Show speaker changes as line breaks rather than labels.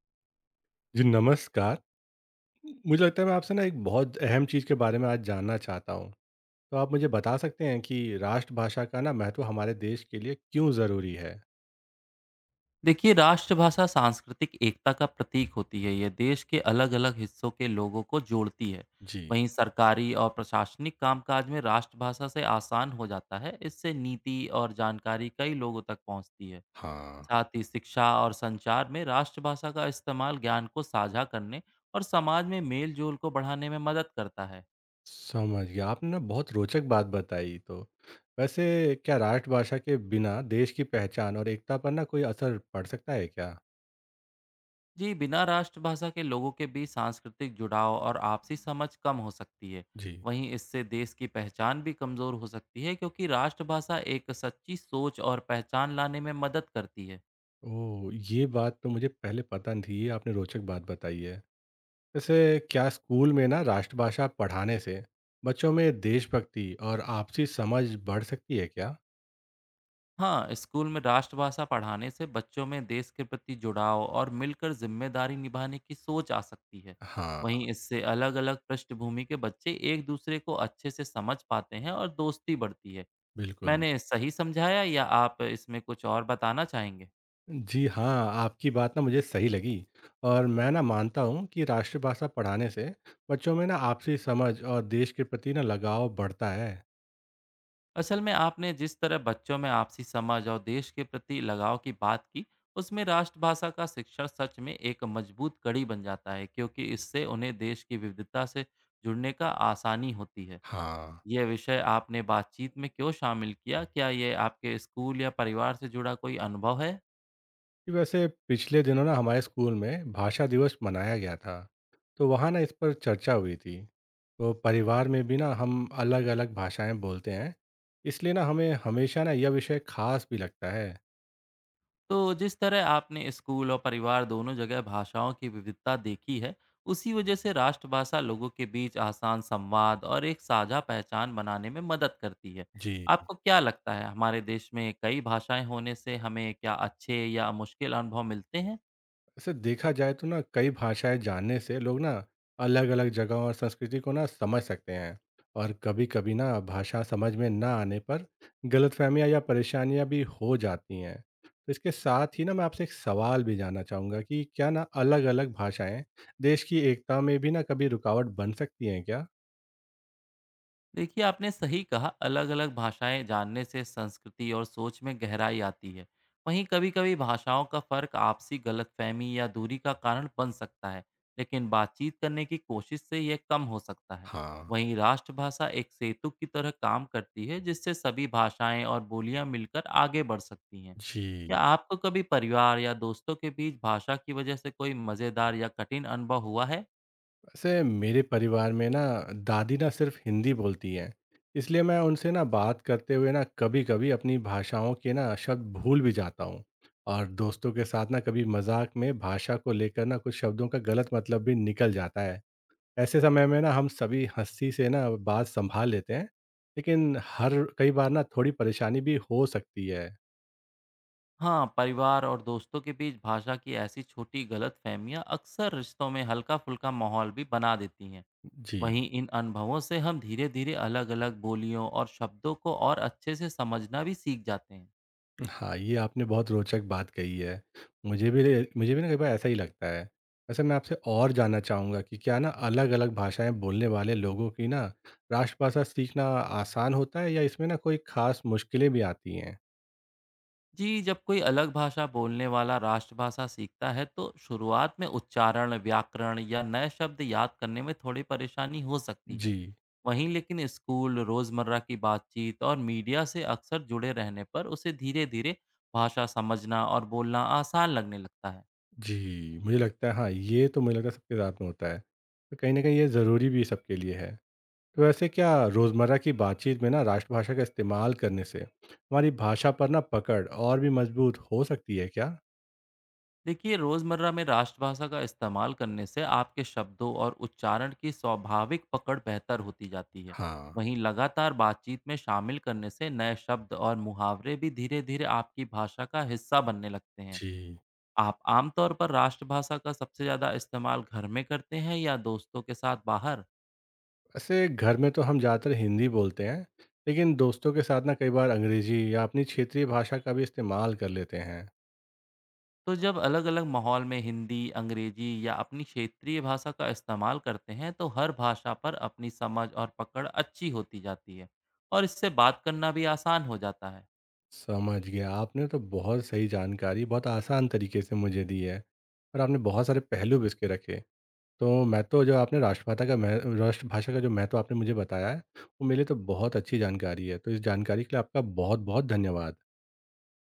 जी नमस्कार। मुझे लगता है मैं आपसे ना एक बहुत अहम चीज़ के बारे में आज जानना चाहता हूँ। तो आप मुझे बता सकते हैं कि राष्ट्रभाषा का ना महत्व हमारे देश के लिए क्यों ज़रूरी है?
देखिए, राष्ट्रभाषा सांस्कृतिक एकता का प्रतीक होती है। यह देश के अलग अलग हिस्सों के लोगों को जोड़ती है।
जी,
वहीं सरकारी और प्रशासनिक कामकाज में राष्ट्रभाषा से आसान हो जाता है। इससे नीति और जानकारी कई लोगों तक पहुंचती है।
हाँ।
साथ ही शिक्षा और संचार में राष्ट्रभाषा का इस्तेमाल ज्ञान को साझा करने और समाज में मेल जोल को बढ़ाने में मदद करता है।
समझ गया। आपने ना बहुत रोचक बात बताई तो। वैसे क्या राष्ट्रभाषा के बिना देश की पहचान और एकता पर ना कोई असर पड़ सकता है क्या?
जी, बिना राष्ट्रभाषा के लोगों के बीच सांस्कृतिक जुड़ाव और आपसी समझ कम हो सकती है।
जी।
वहीं इससे देश की पहचान भी कमज़ोर हो सकती है, क्योंकि राष्ट्रभाषा एक सच्ची सोच और पहचान लाने में मदद करती है।
ओह! ये बात तो मुझे पहले पता नहीं थी। ये आपने रोचक बात बताई है। जैसे क्या स्कूल में ना राष्ट्रभाषा पढ़ाने से बच्चों में देशभक्ति और आपसी समझ बढ़ सकती है क्या।
हाँ, स्कूल में राष्ट्रभाषा पढ़ाने से बच्चों में देश के प्रति जुड़ाव और मिलकर जिम्मेदारी निभाने की सोच आ सकती है।
हाँ।
वहीं इससे अलग अलग पृष्ठभूमि के बच्चे एक दूसरे को अच्छे से समझ पाते हैं और दोस्ती बढ़ती है।
बिल्कुल।
मैंने सही समझाया या आप इसमें कुछ और बताना चाहेंगे?
जी हाँ, आपकी बात ना मुझे सही लगी और मैं ना मानता हूँ कि राष्ट्रभाषा पढ़ाने से बच्चों में ना आपसी समझ और देश के प्रति ना लगाव बढ़ता है।
असल में आपने जिस तरह बच्चों में आपसी समझ और देश के प्रति लगाव की बात की, उसमें राष्ट्रभाषा का शिक्षण सच में एक मजबूत कड़ी बन जाता है, क्योंकि इससे उन्हें देश की विविधता से जुड़ने का आसानी होती है।
हाँ।
यह विषय आपने बातचीत में क्यों शामिल किया? क्या ये आपके स्कूल या परिवार से जुड़ा कोई अनुभव है?
कि वैसे पिछले दिनों ना हमारे स्कूल में भाषा दिवस मनाया गया था तो वहाँ ना इस पर चर्चा हुई थी। तो परिवार में भी ना हम अलग अलग भाषाएं बोलते हैं, इसलिए ना हमें हमेशा ना यह विषय खास भी लगता है।
तो जिस तरह आपने स्कूल और परिवार दोनों जगह भाषाओं की विविधता देखी है, उसी वजह से राष्ट्रभाषा लोगों के बीच आसान संवाद और एक साझा पहचान बनाने में मदद करती है।
जी।
आपको क्या लगता है, हमारे देश में कई भाषाएं होने से हमें क्या अच्छे या मुश्किल अनुभव मिलते हैं?
वैसे देखा जाए तो ना कई भाषाएं जानने से लोग ना अलग अलग जगहों और संस्कृति को ना समझ सकते हैं और कभी कभी ना भाषा समझ में ना आने पर गलतफहमियां या परेशानियां भी हो जाती हैं। तो इसके साथ ही ना मैं आपसे एक सवाल भी जानना चाहूँगा कि क्या ना अलग अलग भाषाएं देश की एकता में भी ना कभी रुकावट बन सकती हैं क्या?
देखिए, आपने सही कहा, अलग अलग भाषाएं जानने से संस्कृति और सोच में गहराई आती है। वहीं कभी कभी भाषाओं का फर्क आपसी गलतफहमी या दूरी का कारण बन सकता है, लेकिन बातचीत करने की कोशिश से यह कम हो सकता है।
हाँ।
वहीं राष्ट्रभाषा एक सेतु की तरह काम करती है, जिससे सभी भाषाएं और बोलियां मिलकर आगे बढ़ सकती हैं।
जी।
क्या आपको कभी परिवार या दोस्तों के बीच भाषा की वजह से कोई मज़ेदार या कठिन अनुभव हुआ है?
वैसे मेरे परिवार में ना दादी ना सिर्फ हिंदी बोलती हैं, इसलिए मैं उनसे ना बात करते हुए ना कभी कभी अपनी भाषाओं के ना शब्द भूल भी जाता हूँ। और दोस्तों के साथ ना कभी मजाक में भाषा को लेकर ना कुछ शब्दों का गलत मतलब भी निकल जाता है। ऐसे समय में ना हम सभी हंसी से ना बात संभाल लेते हैं, लेकिन हर कई बार ना थोड़ी परेशानी भी हो सकती है।
हाँ, परिवार और दोस्तों के बीच भाषा की ऐसी छोटी गलतफहमियां अक्सर रिश्तों में हल्का फुल्का माहौल भी बना देती हैं।
जी।
वहीं इन अनुभवों से हम धीरे धीरे अलग अलग बोलियों और शब्दों को और अच्छे से समझना भी सीख जाते हैं।
हाँ, ये आपने बहुत रोचक बात कही है। मुझे भी ना कई बार ऐसा ही लगता है। वैसे मैं आपसे और जानना चाहूँगा कि क्या ना अलग-अलग भाषाएँ बोलने वाले लोगों की ना राष्ट्रभाषा सीखना आसान होता है या इसमें ना कोई ख़ास मुश्किलें भी आती हैं?
जी, जब कोई अलग भाषा बोलने वाला राष्ट्रभाषा सीखता है, तो शुरुआत में उच्चारण, व्याकरण या नए शब्द याद करने में थोड़ी परेशानी हो सकती है।
जी,
वहीं लेकिन स्कूल, रोजमर्रा की बातचीत और मीडिया से अक्सर जुड़े रहने पर उसे धीरे धीरे भाषा समझना और बोलना आसान लगने लगता है।
जी। मुझे लगता है। हाँ, ये तो मुझे लगता है सबके साथ में होता है। तो कहीं न कहीं ये ज़रूरी भी सबके लिए है। तो वैसे क्या रोज़मर्रा की बातचीत में ना राष्ट्रभाषा का इस्तेमाल करने से हमारी भाषा पर ना पकड़ और भी मज़बूत हो सकती है क्या?
देखिए, रोज़मर्रा में राष्ट्रभाषा का इस्तेमाल करने से आपके शब्दों और उच्चारण की स्वाभाविक पकड़ बेहतर होती जाती है।
हाँ,
वहीं लगातार बातचीत में शामिल करने से नए शब्द और मुहावरे भी धीरे धीरे आपकी भाषा का हिस्सा बनने लगते हैं।
जी।
आप आमतौर पर राष्ट्रभाषा का सबसे ज़्यादा इस्तेमाल घर में करते हैं या दोस्तों के साथ बाहर?
ऐसे घर में तो हम ज़्यादातर हिंदी बोलते हैं, लेकिन दोस्तों के साथ ना कई बार अंग्रेजी या अपनी क्षेत्रीय भाषा का भी इस्तेमाल कर लेते हैं।
तो जब अलग-अलग माहौल में हिंदी, अंग्रेजी या अपनी क्षेत्रीय भाषा का इस्तेमाल करते हैं, तो हर भाषा पर अपनी समझ और पकड़ अच्छी होती जाती है, और इससे बात करना भी आसान हो जाता है।
समझ गया। आपने तो बहुत सही जानकारी बहुत आसान तरीके से मुझे दी है और आपने बहुत सारे पहलू भी इसके रखे। तो मैं तो जो आपने राष्ट्रभाषा का जो महत्व आपने मुझे बताया है वो मेरे लिए तो बहुत अच्छी जानकारी है। तो इस जानकारी के लिए आपका बहुत बहुत धन्यवाद।